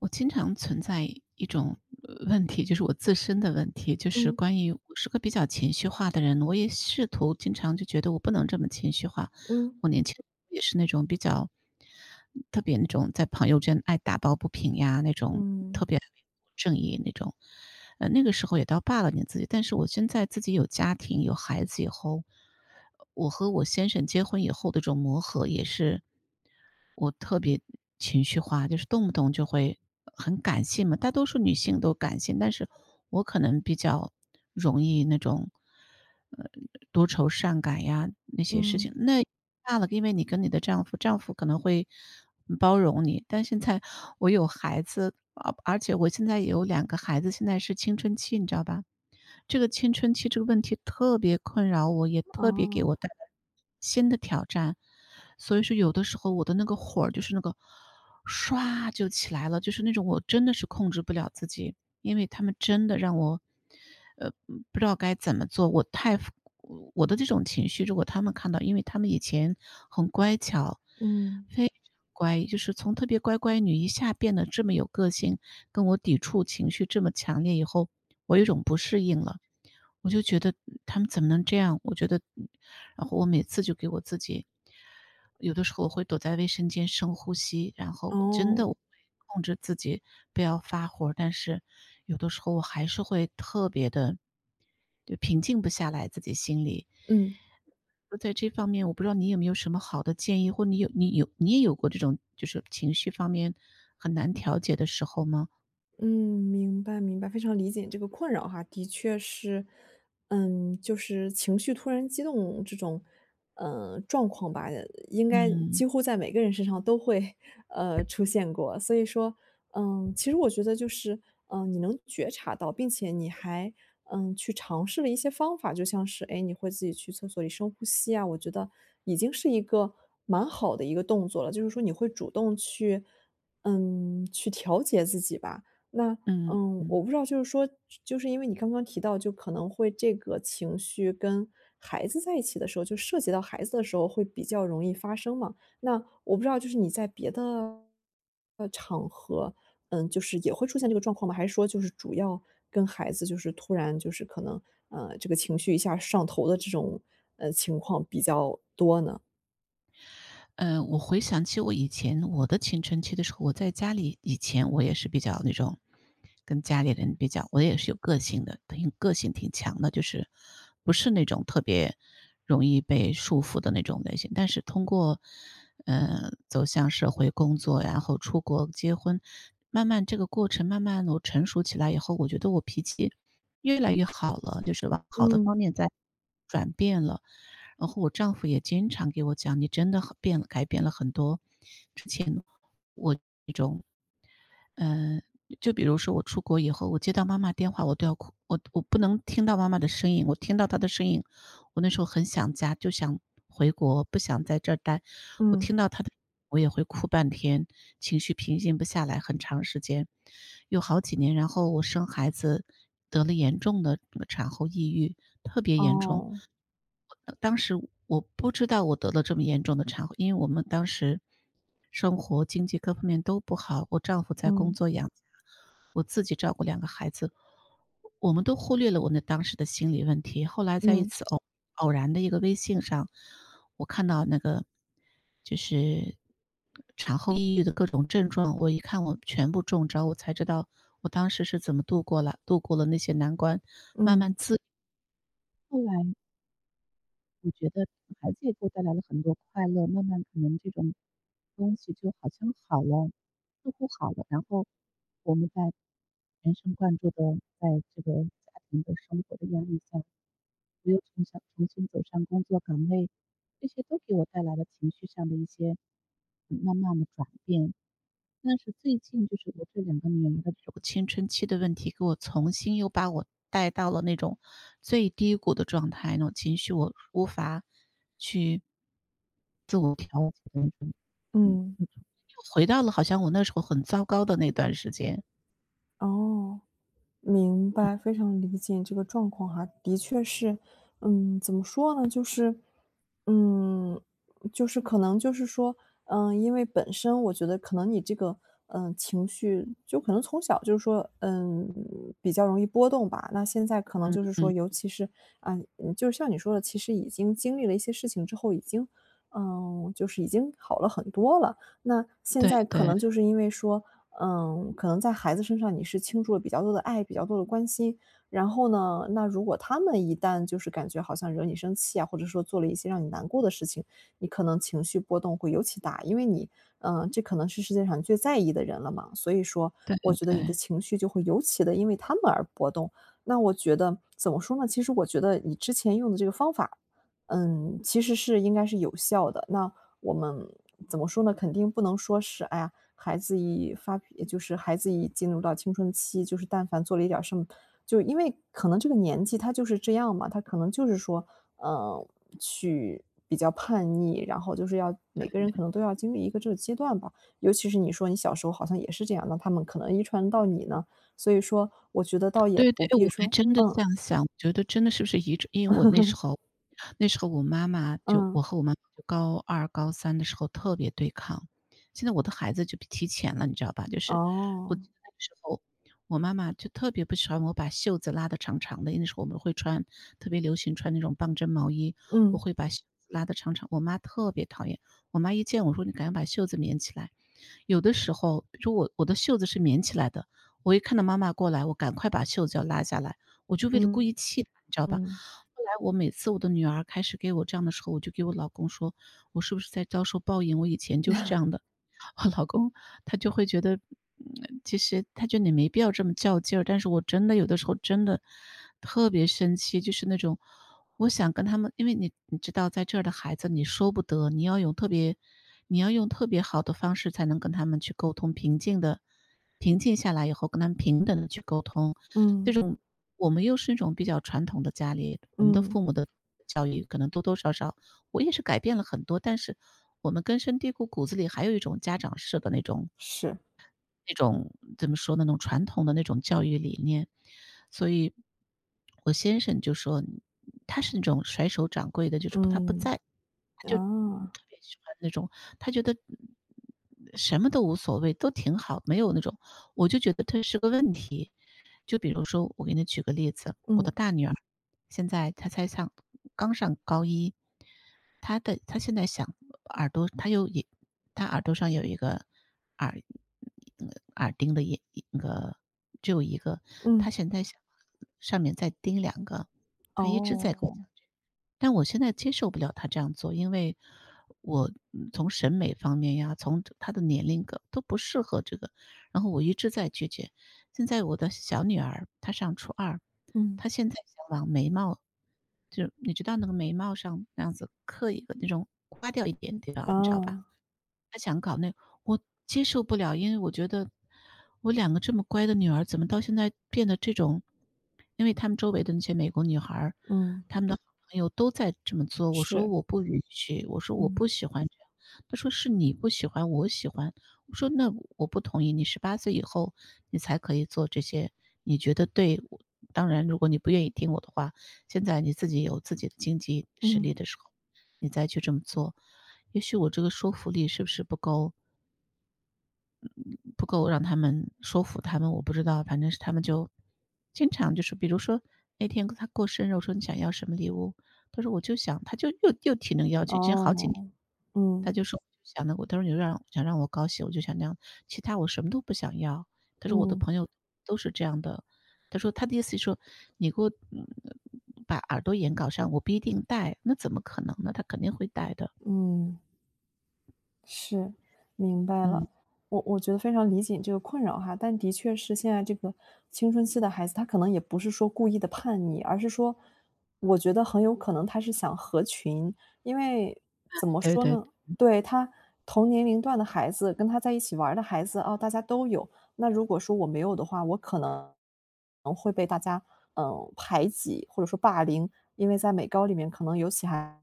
我经常存在一种问题，就是我自身的问题，就是嗯关于我是个比较情绪化的人，我也试图经常就觉得我不能这么情绪化。嗯我年轻也是那种比较特别那种在朋友圈爱打抱不平呀，那种特嗯别正义那种。那个时候也倒罢了，你自己。但是我现在自己有家庭有孩子以后，我和我先生结婚以后的这种磨合也是。我特别情绪化，就是动不动就会很感性嘛，大多数女性都感性，但是我可能比较容易那种，呃，多愁善感呀，那些事情。嗯，那大了，因为你跟你的丈夫，丈夫可能会包容你，但现在我有孩子，而且我现在也有两个孩子，现在是青春期，你知道吧？这个青春期这个问题特别困扰我，也特别给哦，我带来新的挑战。所以说有的时候我的那个火儿就是那个唰就起来了，就是那种我真的是控制不了自己，因为他们真的让我，呃，不知道该怎么做。我的这种情绪，如果他们看到，因为他们以前很乖巧，嗯，非常乖，就是从特别乖乖女一下变得这么有个性，跟我抵触情绪这么强烈以后，我有一种不适应了。我就觉得他们怎么能这样？我觉得，然后我每次就给我自己，有的时候我会躲在卫生间深呼吸，然后我真的哦，我会控制自己不要发火，但是有的时候我还是会特别的就平静不下来自己心里。嗯。就在这方面，我不知道你有没有什么好的建议，或你有你也有过这种就是情绪方面很难调节的时候吗？嗯，明白明白，非常理解你这个困扰哈，的确是，就是情绪突然激动这种，状况吧，应该嗯，几乎在每个人身上都会，出现过。所以说，其实我觉得就是，你能觉察到，并且你还，去尝试了一些方法，就像是，哎，诶你会自己去厕所里深呼吸啊，我觉得已经是一个蛮好的一个动作了，就是说你会主动去，去调节自己吧。那，嗯嗯。我不知道就是说就是因为你刚刚提到，就可能会这个情绪跟孩子在一起的时候，就涉及到孩子的时候会比较容易发生嘛。那我不知道就是你在别的，场合，就是也会出现这个状况吗？还是说就是主要跟孩子就是突然就是可能，这个情绪一下上头的这种，情况比较多呢？嗯，我回想起我以前我的青春期的时候，我在家里以前我也是比较那种，跟家里人比较，我也是有个性的，挺个性挺强的，就是不是那种特别容易被束缚的那种类型。但是通过，走向社会工作，然后出国结婚，慢慢这个过程，慢慢我成熟起来以后，我觉得我脾气越来越好了，就是往好的方嗯，面在转变了。然后我丈夫也经常给我讲：“你真的很变了改变了很多。”之前我嗯，就比如说我出国以后，我接到妈妈电话，我都要哭，我不能听到妈妈的声音，我听到她的声音，我那时候很想家，就想回国，不想在这儿待。我嗯，听到她的，我也会哭半天，情绪平静不下来，很长时间，有好几年。然后我生孩子得了严重的这个产后抑郁，特别严重，哦，当时我不知道我得了这么严重的产后因为我们当时生活、经济各方面都不好，我丈夫在工嗯，作养家，我自己照顾两个孩子，我们都忽略了我那当时的心理问题。后来在一嗯，次偶然的一个微信上，我看到那个就是产后抑郁的各种症状，我一看我全部中招，我才知道我当时是怎么度过了那些难关，慢慢嗯，自后来我觉得孩子也给我带来了很多快乐，慢慢可能这种东西就好像好了，似乎好了，然后我们在全神贯注的在这个家庭的生活的压力下，我又从小重新走上工作岗位，这些都给我带来了情绪上的一些，慢慢的转变。但是最近就是我这两个女儿的这种青春期的问题，给我重新又把我带到了那种最低谷的状态，那种情绪我无法去自我调节的那种，嗯，嗯，又回到了好像我那时候很糟糕的那段时间。哦。明白，非常理解你这个状况哈，的确是，怎么说呢，就是，嗯，就是可能就是说，因为本身我觉得可能你这个，情绪就可能从小就是说，比较容易波动吧。那现在可能嗯就是说，嗯，尤其是啊，就是像你说的，其实已经经历了一些事情之后，已经，就是已经好了很多了。那现对在可对能就是因为说，可能在孩子身上你是倾注了比较多的爱，比较多的关心。然后呢，那如果他们一旦就是感觉好像惹你生气啊，或者说做了一些让你难过的事情，你可能情绪波动会尤其大，因为你，这可能是世界上你最在意的人了嘛。所以说，对我觉得你的对，情绪就会尤其的因为他们而波动。那我觉得怎么说呢？其实我觉得你之前用的这个方法，其实是应该是有效的。那我们怎么说呢？肯定不能说是哎呀，孩子一发脾就是孩子一进入到青春期，就是但凡做了一点儿什么就因为可能这个年纪他就是这样嘛，他可能就是说，呃，去比较叛逆，然后就是要每个人可能都要经历一个这个阶段吧。尤其是你说你小时候好像也是这样，那他们可能遗传到你呢，所以说我觉得倒也对对，不哎我必还说真的这样想，我觉得真的是不是遗传因为我那时 候那时候我妈妈就嗯，我和我妈妈就高二、高三的时候特别对抗。现在我的孩子就提前了，你知道吧？就是我哦，记得那个时候，我妈妈就特别不喜欢我把袖子拉得长长的，因为那时候我们会穿特别流行穿那种棒针毛衣，我嗯，会把袖子拉得长长。我妈特别讨厌，我妈一见我说：“你赶紧把袖子免起来。”有的时候，比如我的袖子是免起来的，我一看到妈妈过来，我赶快把袖子要拉下来，我就为了故意嗯，气她，你知道吧？嗯，后来我每次我的女儿开始给我这样的时候，我就给我老公说：“我是不是在遭受报应？我以前就是这样的。我老公他就会觉得，其实他觉得你没必要这么较劲儿，但是我真的有的时候真的特别生气，就是那种我想跟他们因为你你知道在这儿的孩子你说不得，你要有特别你要用特别好的方式才能跟他们去沟通，平静的。平静下来以后，跟他们平等的去沟通。这嗯，种我们又是那种比较传统的家里，我们的嗯，父母的教育可能多多少少我也是改变了很多，但是我们根深蒂固骨子里还有一种家长式的那种是，那种怎么说呢，那种传统的那种教育理念。所以我先生就说他是那种甩手掌柜的，就是不嗯，在，他就啊，特别喜欢那种，他觉得什么都无所谓，都挺好，没有那种我就觉得这是个问题。就比如说，我给你举个例子，我的嗯，大女儿现在她才上刚上高一，她现在想耳朵，她耳朵上有一个耳呃耳钉的一那个只有一个，她嗯。现在想上面再钉两个，她一直在给我哦，讲这个但我现在接受不了他这样做，因为我从审美方面呀，从他的年龄个都不适合这个，然后我一直在拒绝。现在我的小女儿她上初二，嗯，她现在想往眉毛，就是你知道那个眉毛上那样子刻一个那种刮掉一点点，方，你知道吧？啊，他想搞那我接受不了，因为我觉得我两个这么乖的女儿，怎么到现在变得这种因为他们周围的那些美国女孩儿，嗯，她们的好朋友都在这么做，我说是，我不允许，我说我嗯，不喜欢这样。他说：“是你不喜欢，我喜欢。”我说：“那我不同意，你十八岁以后你才可以做这些，你觉得对，我当然如果你不愿意听我的话，现在你自己有自己的经济实嗯，力的时候，你再去这么做。”也许我这个说服力是不是不够让他们说服他们，我不知道，反正是他们就经常就是比如说那天他过生日，我说：“你想要什么礼物？”他说：“我就想”他就又提那个要求，已经好几年，哦，他嗯，就说：“想那个。”他说：“你就让想让我高兴，我就想那样，其他我什么都不想要。”他说：“我的嗯，朋友都是这样的。”他说：“他的意思是说，你给我，把耳朵眼搞上，我不一定戴，那怎么可能呢？他肯定会戴的。”嗯。是，明白嗯，了。我觉得非常理解你这个困扰哈，但的确是现在这个青春期的孩子，他可能也不是说故意的叛逆，而是说，我觉得很有可能他是想合群。因为怎么对说对呢，对，他同年龄段的孩子跟他在一起玩儿的孩子，哦，大家都有。那如果说我没有的话，我可能会被大家，排挤或者说霸凌，因为在美高里面可能尤其还。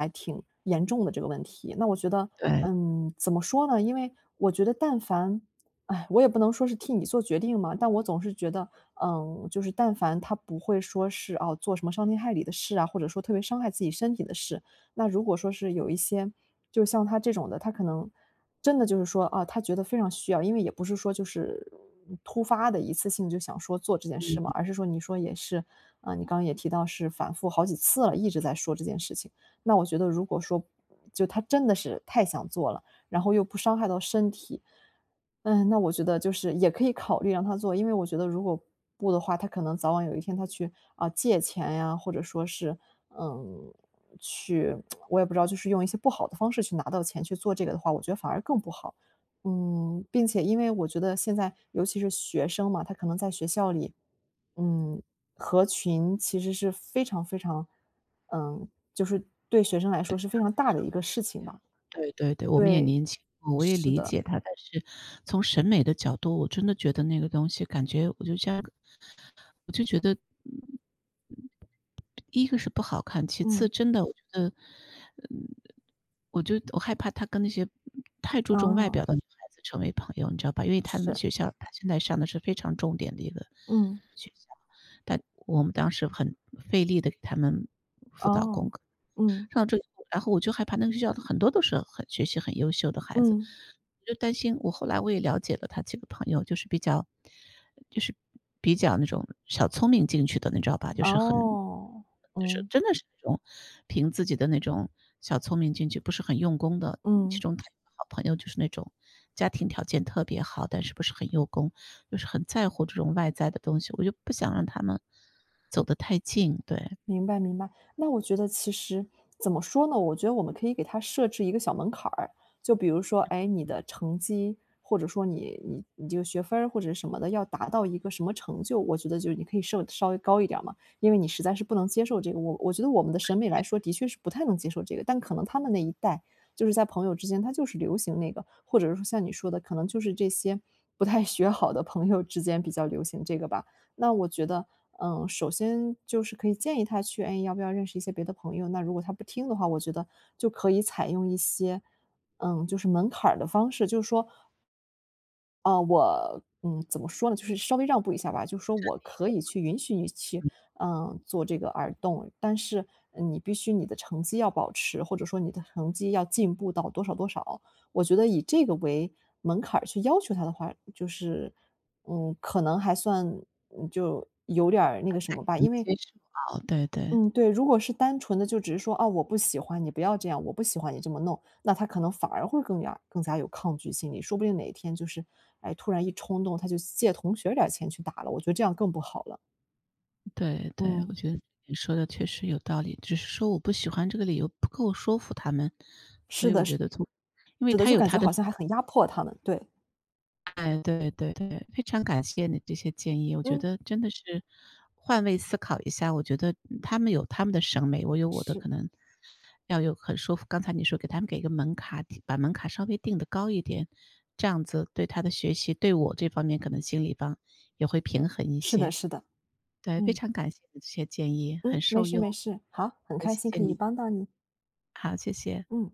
还挺严重的这个问题。那我觉得，对，怎么说呢？因为我觉得哎，我也不能说是替你做决定嘛，但我总是觉得，就是但凡他不会说是，哦，做什么伤天害理的事啊，或者说特别伤害自己身体的事。那如果说是有一些就像他这种的，他可能真的就是说，啊，他觉得非常需要，因为也不是说就是突发的一次性就想说做这件事嘛，嗯。而是说你说也是，啊，你刚刚也提到是反复好几次了，一直在说这件事情。那我觉得如果说就他真的是太想做了，然后又不伤害到身体，那我觉得就是也可以考虑让他做。因为我觉得如果不的话，他可能早晚有一天他去，啊，借钱呀，或者说是，嗯，去 我也不知道，就是用一些不好的方式去拿到钱去做这个的话，我觉得反而更不好。并且因为我觉得现在尤其是学生嘛，他可能在学校里，嗯，合群其实是非常非常，就是对学生来说是非常大是的一很个事重，情吧。对对对，我们也对，年轻过我也是理的，解他。但是从审美的角度，我真的觉得那个东西感觉我就觉得，一个是不好看，其次嗯，真的我觉得我害怕他跟那些太注重外哦，表的女孩子成为朋友，你知道吧？因为他们是，学校他现在上的是非常重点的一个嗯，学校，但我们当时很费力的给他们辅导哦，功课。嗯，上了这个以后然后我就害怕那个学校的很多都是很学习很优秀的孩子，嗯。我就担心我后来我也了解了他几个朋友，就是比较那种小聪明进去的，你知道吧？就是很哦，就是嗯，真的是那种凭自己的那种小聪明进去，不是很用功的。其嗯。中他有个好朋友就是那种家庭条件特别好，但是不是很用功，就是很在乎这种外在的东西，我就不想让他们走得太近，对，明白明白。那我觉得其实怎么说呢？我觉得我们可以给他设置一个小门槛儿，就比如说，哎，你的成绩，或者说你这个学分儿或者什么的，要达到一个什么成就，我觉得就是你可以设稍微高一点儿嘛，因为你实在是不能接受这个。我觉得我们的审美来说，的确是不太能接受这个，但可能他们那一代，就是在朋友之间，他就是流行那个，或者是说像你说的，可能就是这些不太学好的朋友之间比较流行这个吧。那我觉得，首先就是可以建议他去，哎，要不要认识一些别的朋友？那如果他不听的话，我觉得就可以采用一些，就是门槛儿的方式，就是说啊，我怎么说呢，就是稍微让步一下吧，就是说我可以去允许你去，做这个耳洞，但是你必须你的成绩要保持，或者说你的成绩要进步到多少多少。我觉得以这个为门槛儿去要求他的话，就是，可能还算就有点儿那个什么吧，能因为接受哦，对对。嗯，对，如果是单纯的就只是说，哦，我不喜欢你，不要这样，我不喜欢你这么弄，那他可能反而会更加更加有抗拒心理，说不定哪一天就是，哎，突然一冲动，他就借同学点儿钱去打了，我觉得这样更不好了。对对，我嗯，觉得你说的确实有道理，只是说我不喜欢这个理由不够说服他们，所是以我的，觉得从因为是的，他就有感他觉的好像还很压迫他们。对，哎，对对对，非常感谢你这些建议，我觉嗯，得真的是换位思考一下，我觉得他们有他们的审美，我有我的是可能要有很说服刚才你说给他们给一个门槛，把门槛稍微定的高一点，这样子对他的学习，对我这方面可能心理方也会平衡一是的，些。是的，对，非嗯常感谢你的这些建议，很嗯，没受事用。没事，好，很那开谢心谢可以你，帮到你，好，谢谢。嗯。